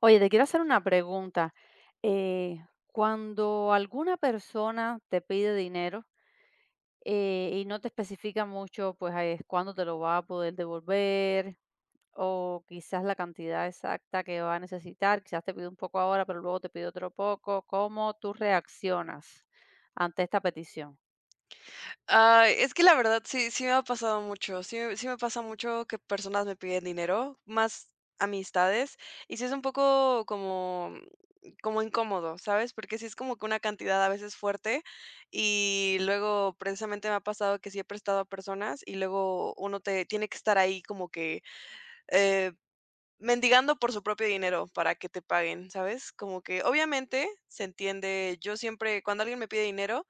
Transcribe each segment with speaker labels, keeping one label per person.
Speaker 1: Oye, te quiero hacer una pregunta. Eh, Cuando alguna persona te pide dinero y no te especifica mucho, pues ahí es cuándo te lo va a poder devolver o quizás la cantidad exacta que va a necesitar, quizás te pide un poco ahora, pero luego te pide otro poco, ¿cómo tú reaccionas ante esta petición?
Speaker 2: Ay, es que la verdad sí me ha pasado mucho. Sí me pasa mucho que personas me piden dinero, más amistades, y sí es un poco como incómodo, ¿sabes? Porque sí es como que una cantidad a veces fuerte, y luego precisamente me ha pasado que sí he prestado a personas, y luego uno te tiene que estar ahí como que, eh, mendigando por su propio dinero para que te paguen, ¿sabes? Como que obviamente se entiende. Yo siempre cuando alguien me pide dinero,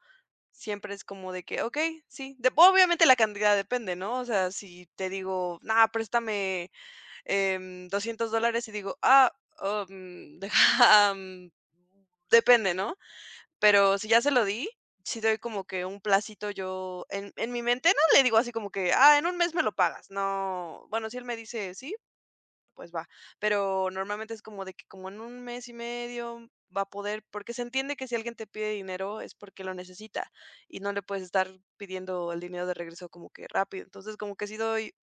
Speaker 2: siempre es como de que, okey, sí. De obviamente la cantidad depende, ¿no? O sea, si te digo: "No, préstame, $200 dólares", y digo: "Ah, oh, deja, ah, depende", ¿no? Pero si ya se lo di, si doy como que un placito yo en mi mente no le digo así como que: "Ah, en un mes me lo pagas". No, bueno, si él me dice: "Sí", pues va. Pero normalmente es como de que como en un mes y medio va a poder, porque se entiende que si alguien te pide dinero es porque lo necesita y no le puedes estar pidiendo el dinero de regreso como que rápido. Entonces, como que sí doy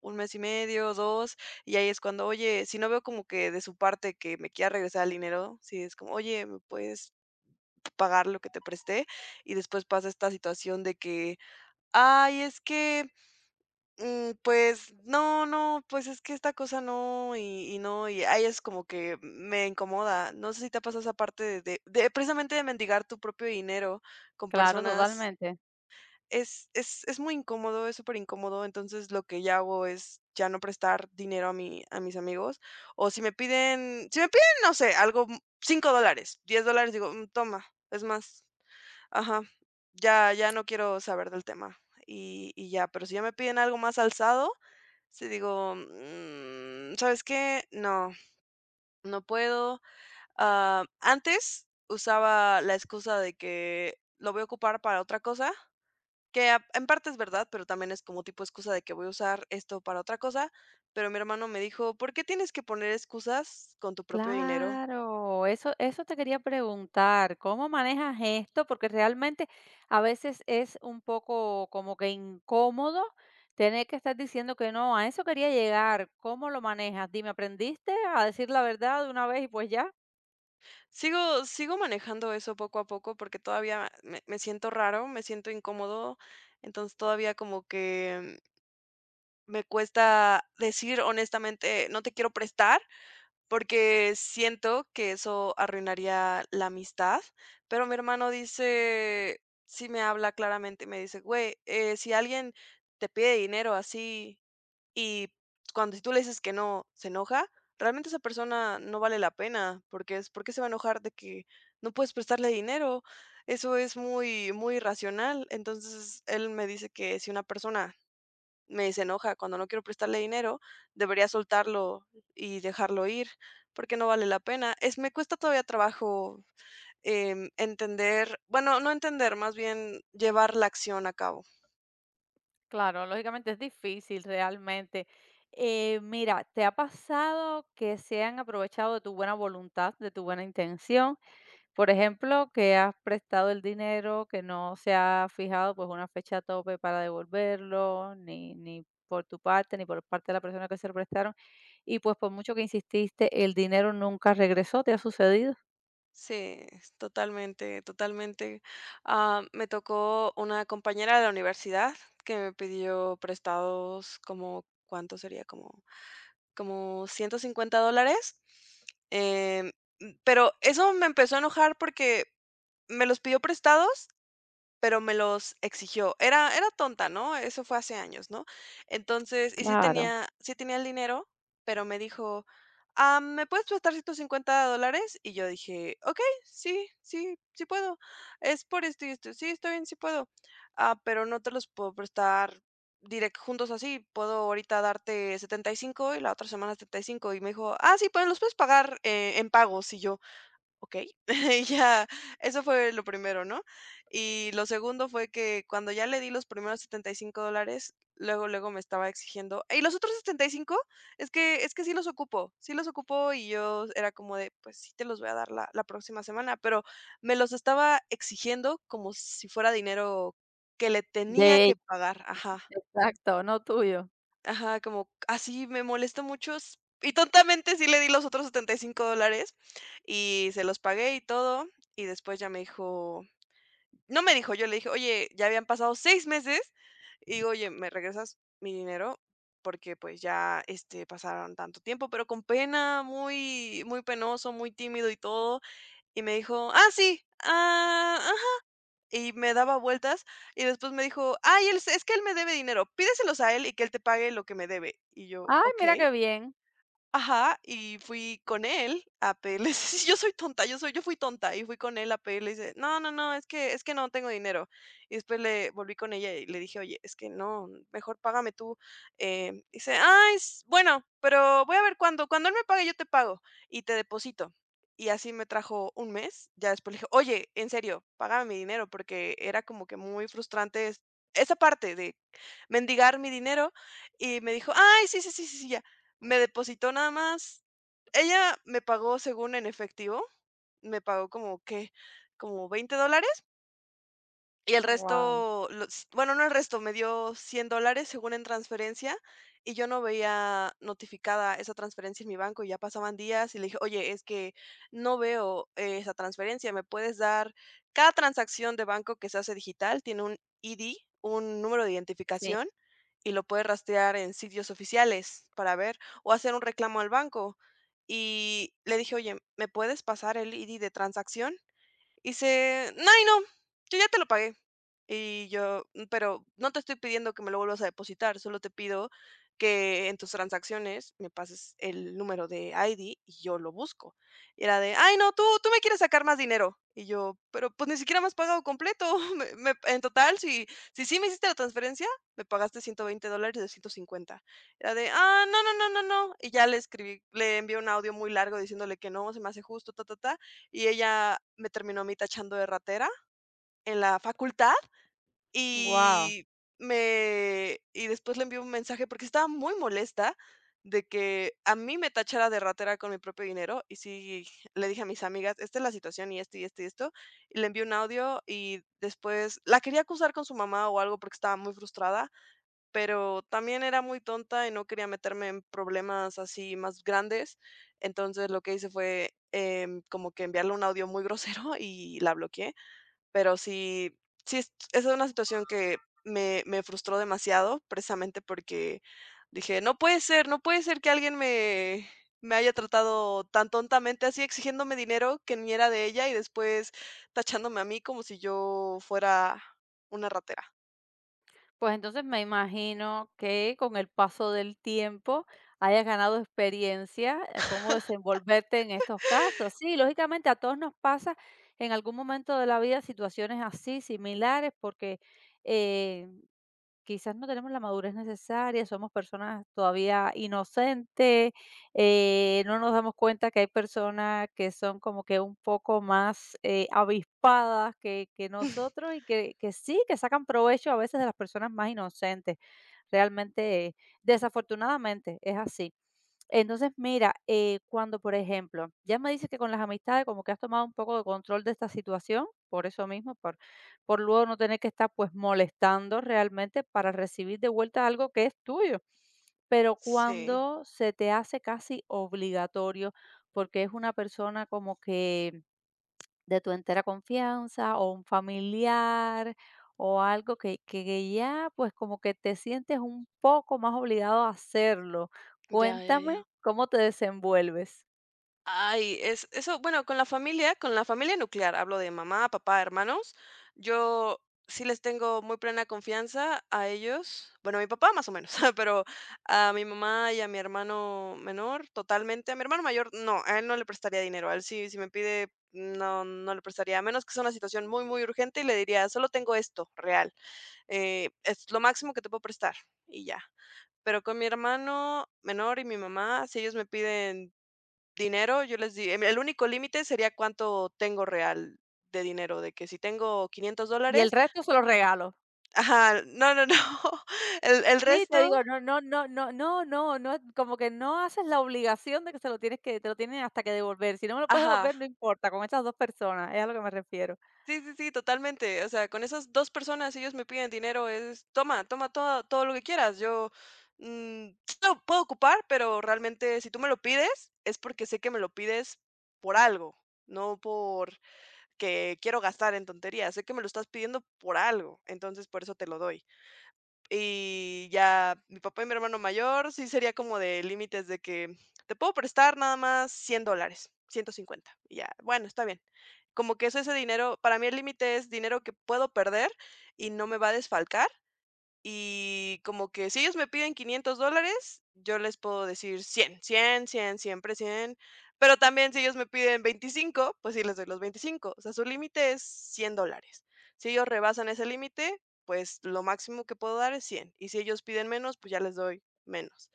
Speaker 2: un mes y medio, dos, y ahí es cuando, oye, si no veo como que de su parte que me quiera regresar el dinero, si es como, oye, ¿me puedes pagar lo que te presté? Y después pasa esta situación de que, ay, es que... pues no, no, pues es que esta cosa no, y no, y ahí es como que me incomoda. No sé si te ha esa parte de precisamente de mendigar tu propio dinero con
Speaker 1: Claro,
Speaker 2: personas.
Speaker 1: totalmente.
Speaker 2: Es muy incómodo, es súper incómodo. Entonces lo que ya hago es ya no prestar dinero a mis amigos. O si me piden, no sé, algo, $5, $10, digo: toma, es más. Ajá, ya, ya no quiero saber del tema". Y ya, pero si ya me piden algo más alzado, sí, digo: ¿Sabes qué? No, no puedo". Ah, antes usaba la excusa de que lo voy a ocupar para otra cosa, que en parte es verdad, pero también es como tipo excusa de que voy a usar esto para otra cosa. Pero mi hermano me dijo: ¿por qué tienes que poner excusas con tu propio dinero?
Speaker 1: Claro, eso te quería preguntar, ¿cómo manejas esto? Porque realmente a veces es un poco como que incómodo tener que estar diciendo que no, a eso quería llegar, ¿cómo lo manejas? Dime, ¿aprendiste a decir la verdad de una vez y pues ya?
Speaker 2: Sigo manejando eso poco a poco porque todavía me siento raro, me siento incómodo. Entonces todavía como que me cuesta decir honestamente: no te quiero prestar. Porque siento que eso arruinaría la amistad, pero mi hermano dice, sí me habla claramente, me dice: güey, si alguien te pide dinero así y cuando si tú le dices que no, se enoja, realmente esa persona no vale la pena, porque es, ¿porque se va a enojar de que no puedes prestarle dinero? Eso es muy, muy irracional. Entonces él me dice que si una persona me enoja, cuando no quiero prestarle dinero, debería soltarlo y dejarlo ir, porque no vale la pena. Es me cuesta todavía trabajo, entender, bueno, no entender, más bien llevar la acción a cabo.
Speaker 1: Claro, lógicamente es difícil realmente. Mira, ¿te ha pasado que se han aprovechado de tu buena voluntad, de tu buena intención? Por ejemplo, que has prestado el dinero, que no se ha fijado pues una fecha tope para devolverlo, ni por tu parte, ni por parte de la persona que se lo prestaron. Y pues por mucho que insististe, el dinero nunca regresó. ¿Te ha sucedido?
Speaker 2: Sí, es totalmente, totalmente. Ah, me tocó una compañera de la universidad que me pidió prestados como, ¿cuánto sería? Como $150, em, pero eso me empezó a enojar porque me los pidió prestados pero me los exigió. Era tonta, ¿no? Eso fue hace años, ¿no? Entonces, y sí
Speaker 1: Claro.
Speaker 2: tenía sí tenía el dinero, pero me dijo: "Ah, ¿me puedes prestar $150?". Y yo dije: "Okey, sí, sí, sí puedo. Es por esto y esto. Sí, está bien, sí puedo. Ah, pero no te los puedo prestar direct juntos así. Puedo ahorita darte 75 y la otra semana 75". Y cinco. Y me dijo: "Ah, sí, pues los puedes pagar, en pagos". Y yo: "Okey". Y ya, eso fue lo primero, ¿no? Y lo segundo fue que cuando ya le di los primeros $75, luego, luego me estaba exigiendo: "¿Y los otros 75? Es que sí los ocupo, sí los ocupo". Y yo era como de: "Pues sí te los voy a dar la próxima semana", pero me los estaba exigiendo como si fuera dinero que le tenía
Speaker 1: De
Speaker 2: que pagar. Ajá.
Speaker 1: exacto, no tuyo.
Speaker 2: Ajá, como así me molesta mucho s y tontamente sí le di los otros $75 y cinco dólares y se los pagué y todo, y después ya me dijo, no me dijo, yo le dije: "Oye, ya habían pasado 6 meses". Y digo: "Oye, ¿me regresas mi dinero? Porque, pues, ya, este, pasaron tanto tiempo", pero con pena, muy muy penoso, muy tímido y todo, y me dijo: "Ah, sí, ah", y me daba vueltas, y después me dijo: "Ay, él es que él me debe dinero, pídeselos a él y que él te pague lo que me debe". Y yo:
Speaker 1: Ay, mira
Speaker 2: "Okey".
Speaker 1: qué bien.
Speaker 2: Ajá, y fui con él a pedirle. Sí, yo soy tonta, yo fui tonta, y fui con él a pedirle, y dice: "No, no, no, es que no tengo dinero". Y después le volví con ella y le dije: "Oye, es que no, mejor págame tú". Dice: "Ay, s bueno, pero voy a ver cuándo, cuando él me pague, yo te pago y te deposito". Y así me trajo un mes, ya después le dije: "Oye, en serio, págame mi dinero", porque era como que muy frustrante es esa parte de mendigar mi dinero, y me dijo: "Ay, sí, sí, sí, sí, sí, ya". Me depositó nada más, ella me pagó según en efectivo, me pagó como, que como $20 y el
Speaker 1: Wow.
Speaker 2: resto, los, bueno, no el resto, me dio $100, según en transferencia, y yo no veía notificada esa transferencia en mi banco, y ya pasaban días, y le dije: "Oye, es que no veo esa transferencia, ¿me puedes dar?". Cada transacción de banco que se hace digital tiene un ID, un número de
Speaker 1: Sí.
Speaker 2: identificación, y lo puedes rastrear en sitios oficiales para ver, o hacer un reclamo al banco. Y le dije: "Oye, ¿me puedes pasar el ID de transacción?". Y dice: "Ay, no, yo ya te lo pagué". Y yo: "Mm". "Pero no te estoy pidiendo que me lo vuelvas a depositar, solo te pido que en tus transacciones me pases el número de ID y yo lo busco". Y era de: "Ay, no, tú me quieres sacar más dinero". Y yo: "Pero, pues, ni siquiera me has pagado completo. Me me en total, si sí me hiciste la transferencia, me pagaste $120 de 150". Era de: "Ah, no, no, no, no, no". Y ya le escribí, le envié un audio muy largo diciéndole que no se me hace justo, ta, ta, ta, y ella me terminó a mí tachando de ratera en la facultad,
Speaker 1: Wow.
Speaker 2: y me y después le envié un mensaje porque estaba muy molesta de que a mí me tachara de ratera con mi propio dinero, y sí le dije a mis amigas: esta es la situación y esto y esto y esto, y le envié un audio, y después la quería acusar con su mamá o algo porque estaba muy frustrada, pero también era muy tonta y no quería meterme en problemas así más grandes. Entonces lo que hice fue como que enviarle un audio muy grosero. Y la bloqueé. Pero sí, sí, esa es una situación que me frustró demasiado, precisamente porque dije, no puede ser, no puede ser que alguien me haya tratado tan tontamente así, exigiéndome dinero que ni era de ella y después tachándome a mí como si yo fuera una ratera.
Speaker 1: Pues entonces me imagino que con el paso del tiempo hayas ganado experiencia, cómo desenvolverte en estos casos. Sí, lógicamente a todos nos pasa en algún momento de la vida situaciones así, similares, porque eh, quizás no tenemos la madurez necesaria, somos personas todavía inocentes, no nos damos cuenta que hay personas que son como que un poco más avispadas que nosotros y que sí, que sacan provecho a veces de las personas más inocentes. Realmente, desafortunadamente, es así. Entonces, mira, cuando, por ejemplo, ya me dices que con las amistades como que has tomado un poco de control de esta situación, por eso mismo, por luego no tener que estar pues molestando realmente para recibir de vuelta algo que es tuyo. Pero
Speaker 2: Sí,
Speaker 1: cuando se te hace casi obligatorio, porque es una persona como que de tu entera confianza o un familiar o algo que ya pues como que te sientes un poco más obligado a hacerlo.
Speaker 2: ya, ya,
Speaker 1: Cuéntame
Speaker 2: ya.
Speaker 1: cómo te desenvuelves.
Speaker 2: Ay, es eso, bueno, con la familia nuclear, hablo de mamá, papá, hermanos, yo sí les tengo muy plena confianza a ellos. Bueno, a mi papá más o menos, pero a mi mamá y a mi hermano menor totalmente. A mi hermano mayor no, a él no le prestaría dinero, a él sí, si me pide, no, no le prestaría, a menos que sea una situación muy, muy urgente y le diría: "Solo tengo esto, real, es lo máximo que te puedo prestar", y ya. Pero con mi hermano menor y mi mamá, si ellos me piden dinero, yo les di el único límite sería cuánto tengo real de dinero, de que si tengo quinientos
Speaker 1: Y el
Speaker 2: dólares
Speaker 1: resto se lo regalo.
Speaker 2: ajá, no, no, no, el
Speaker 1: Sí, te
Speaker 2: resto
Speaker 1: digo, no no no no no no no, como que no haces la obligación de que se lo tienes que te lo tienes hasta que devolver. Si no me lo puedes
Speaker 2: ajá,
Speaker 1: devolver, no importa, con esas dos personas, es a lo que me refiero.
Speaker 2: sí, sí, sí, totalmente, o sea, con esas 2 personas, si ellos me piden dinero, es: "Toma, toma todo todo lo que quieras", yo, sí lo puedo ocupar, pero realmente si tú me lo pides, es porque sé que me lo pides por algo, no por que quiero gastar en tonterías, sé que me lo estás pidiendo por algo, entonces por eso te lo doy. Y ya mi papá y mi hermano mayor sí sería como de límites de que te puedo prestar nada más $100 150 y ya, bueno, está bien. Como que es ese dinero, para mí el límite es dinero que puedo perder y no me va a desfalcar, y como que si ellos me piden $500, yo les puedo decir 100 100 100 siempre 100, pero también si ellos me piden 25 pues sí les doy los 25 o sea, su límite es $100. Si ellos rebasan ese límite, pues lo máximo que puedo dar es 100 y si ellos piden menos, pues ya les doy menos.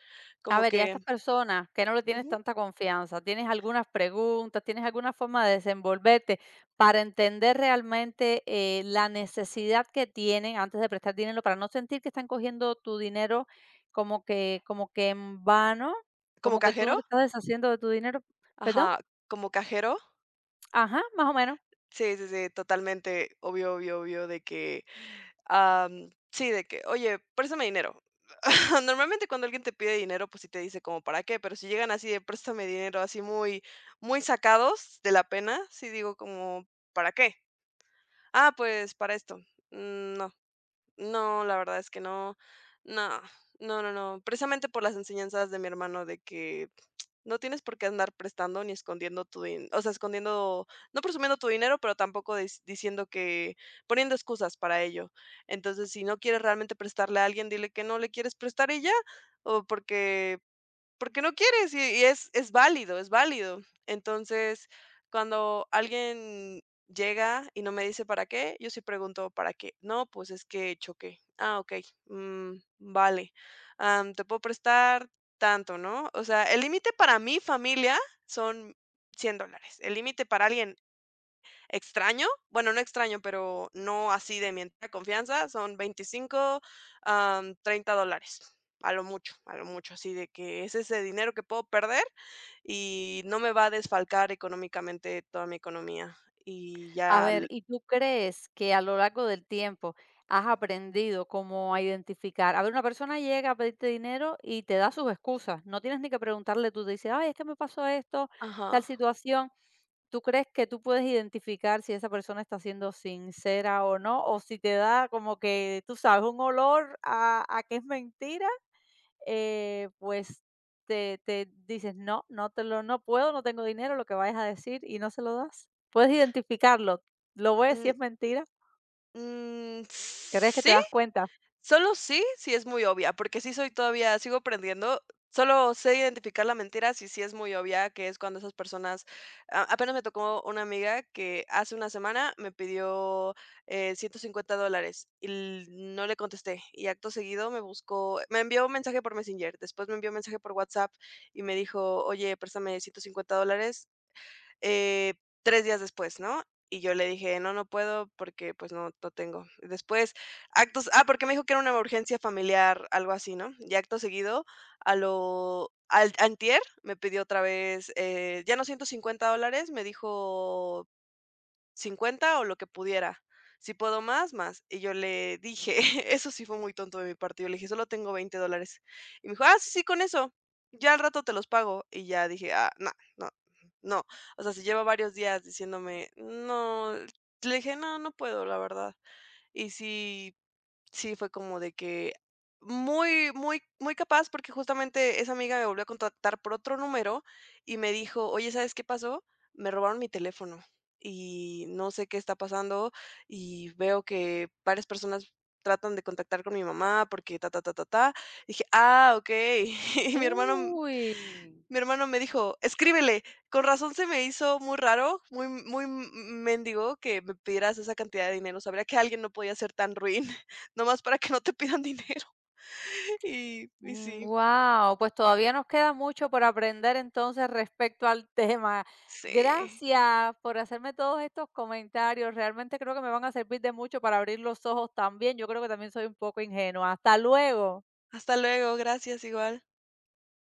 Speaker 1: A
Speaker 2: Como
Speaker 1: ver, y a
Speaker 2: que
Speaker 1: estas personas que no le tienes
Speaker 2: ujú,
Speaker 1: tanta confianza, ¿tienes algunas preguntas, tienes alguna forma de desenvolverte para entender realmente, la necesidad que tienen antes de prestar dinero, para no sentir que están cogiendo tu dinero como que en vano,
Speaker 2: ¿como
Speaker 1: como que tú
Speaker 2: cajero?
Speaker 1: no te estás deshaciendo de tu dinero? ¿Perdón?
Speaker 2: Ajá, como cajero.
Speaker 1: Ajá, más o menos.
Speaker 2: Sí, sí, sí, totalmente, obvio, obvio, obvio, de que sí, de que: "Oye, préstame dinero". Normalmente cuando alguien te pide dinero, pues sí te dice como para qué, pero si llegan así de: "Préstame dinero", así muy muy sacados de la pena, sí digo como: "¿Para qué?". "Ah, pues para esto". "Mm, no, no, la verdad es que no, no, no, no, no". Precisamente por las enseñanzas de mi hermano de que no tienes por qué andar prestando ni escondiendo tu din o sea, escondiendo, no presumiendo tu dinero, pero tampoco dis diciendo que poniendo excusas para ello. Entonces, si no quieres realmente prestarle a alguien, dile que no le quieres prestar y ya, o porque no quieres, y es válido, es válido. Entonces, cuando alguien llega y no me dice para qué, yo sí pregunto: "¿Para qué?". "No, pues es que choqué". "Ah, okey, mm, vale. Te puedo prestar tanto", ¿no? O sea, el límite para mi familia son $100, el límite para alguien extraño, bueno, no extraño, pero no así de mi entera confianza, son 25 $30 a lo mucho, así de que es ese dinero que puedo perder y no me va a desfalcar económicamente toda mi economía. Y
Speaker 1: A
Speaker 2: ya
Speaker 1: ver,
Speaker 2: l
Speaker 1: ¿y tú crees que a lo largo del tiempo has aprendido cómo a identificar? A ver, una persona llega a pedirte dinero y te da sus excusas. No tienes ni que preguntarle, tú te dices, ay, es que me pasó esto, tal
Speaker 2: ajá.
Speaker 1: situación. ¿Tú crees que tú puedes identificar si esa persona está siendo sincera o no? O si te da como que, tú sabes, un olor a que es mentira pues te dices, no, no te lo, no puedo, no tengo dinero, lo que vayas a decir y no se lo das. Puedes identificarlo, lo ves si
Speaker 2: Mm,
Speaker 1: es mentira,
Speaker 2: mm,
Speaker 1: crees que te
Speaker 2: sí.
Speaker 1: das cuenta.
Speaker 2: Solo sí, sí es muy obvia, porque sí soy todavía sigo aprendiendo. Solo sé identificar la mentira si sí es muy obvia, que es cuando esas personas a apenas me tocó una amiga que hace una semana me pidió, $150 y l no le contesté, y acto seguido me envió un mensaje por Messenger, después me envió un mensaje por WhatsApp y me dijo: "Oye, préstame $150 eh, 3 días después, ¿no? Y yo le dije: "No, no puedo porque, pues, no tengo". Y después, porque me dijo que era una urgencia familiar, algo así, ¿no? Y acto seguido, a lo al antier me pidió otra vez, ya no $150, me dijo 50 o lo que pudiera. Si puedo más, más. Y yo le dije, eso sí fue muy tonto de mi parte. Yo le dije, solo tengo $20. Y me dijo, ah, sí, sí, con eso. Ya al rato te los pago. Y ya dije, ah, no, no, no. O sea, se lleva varios días diciéndome, no. Le dije, no, no puedo, la verdad. Y si Sí, fue como de que muy, muy, muy capaz, porque justamente esa amiga me volvió a contactar por otro número y me dijo, oye, ¿sabes qué pasó? Me robaron mi teléfono y no sé qué está pasando y veo que varias personas tratan de contactar con mi mamá porque ta, ta, ta, ta, ta. Dije, ah, ok. Y
Speaker 1: Uy,
Speaker 2: mi hermano me dijo: "Escríbele". Con razón se me hizo muy raro, muy muy mendigo que me pidieras esa cantidad de dinero. Sabría que alguien no podía ser tan ruin, nomás para que no te pidan dinero. Y sí,
Speaker 1: wow, pues todavía nos queda mucho por aprender entonces respecto al tema.
Speaker 2: sí.
Speaker 1: Gracias por hacerme todos estos comentarios. Realmente creo que me van a servir de mucho para abrir los ojos también. Yo creo que también soy un poco ingenua. Hasta luego.
Speaker 2: Hasta luego, gracias igual.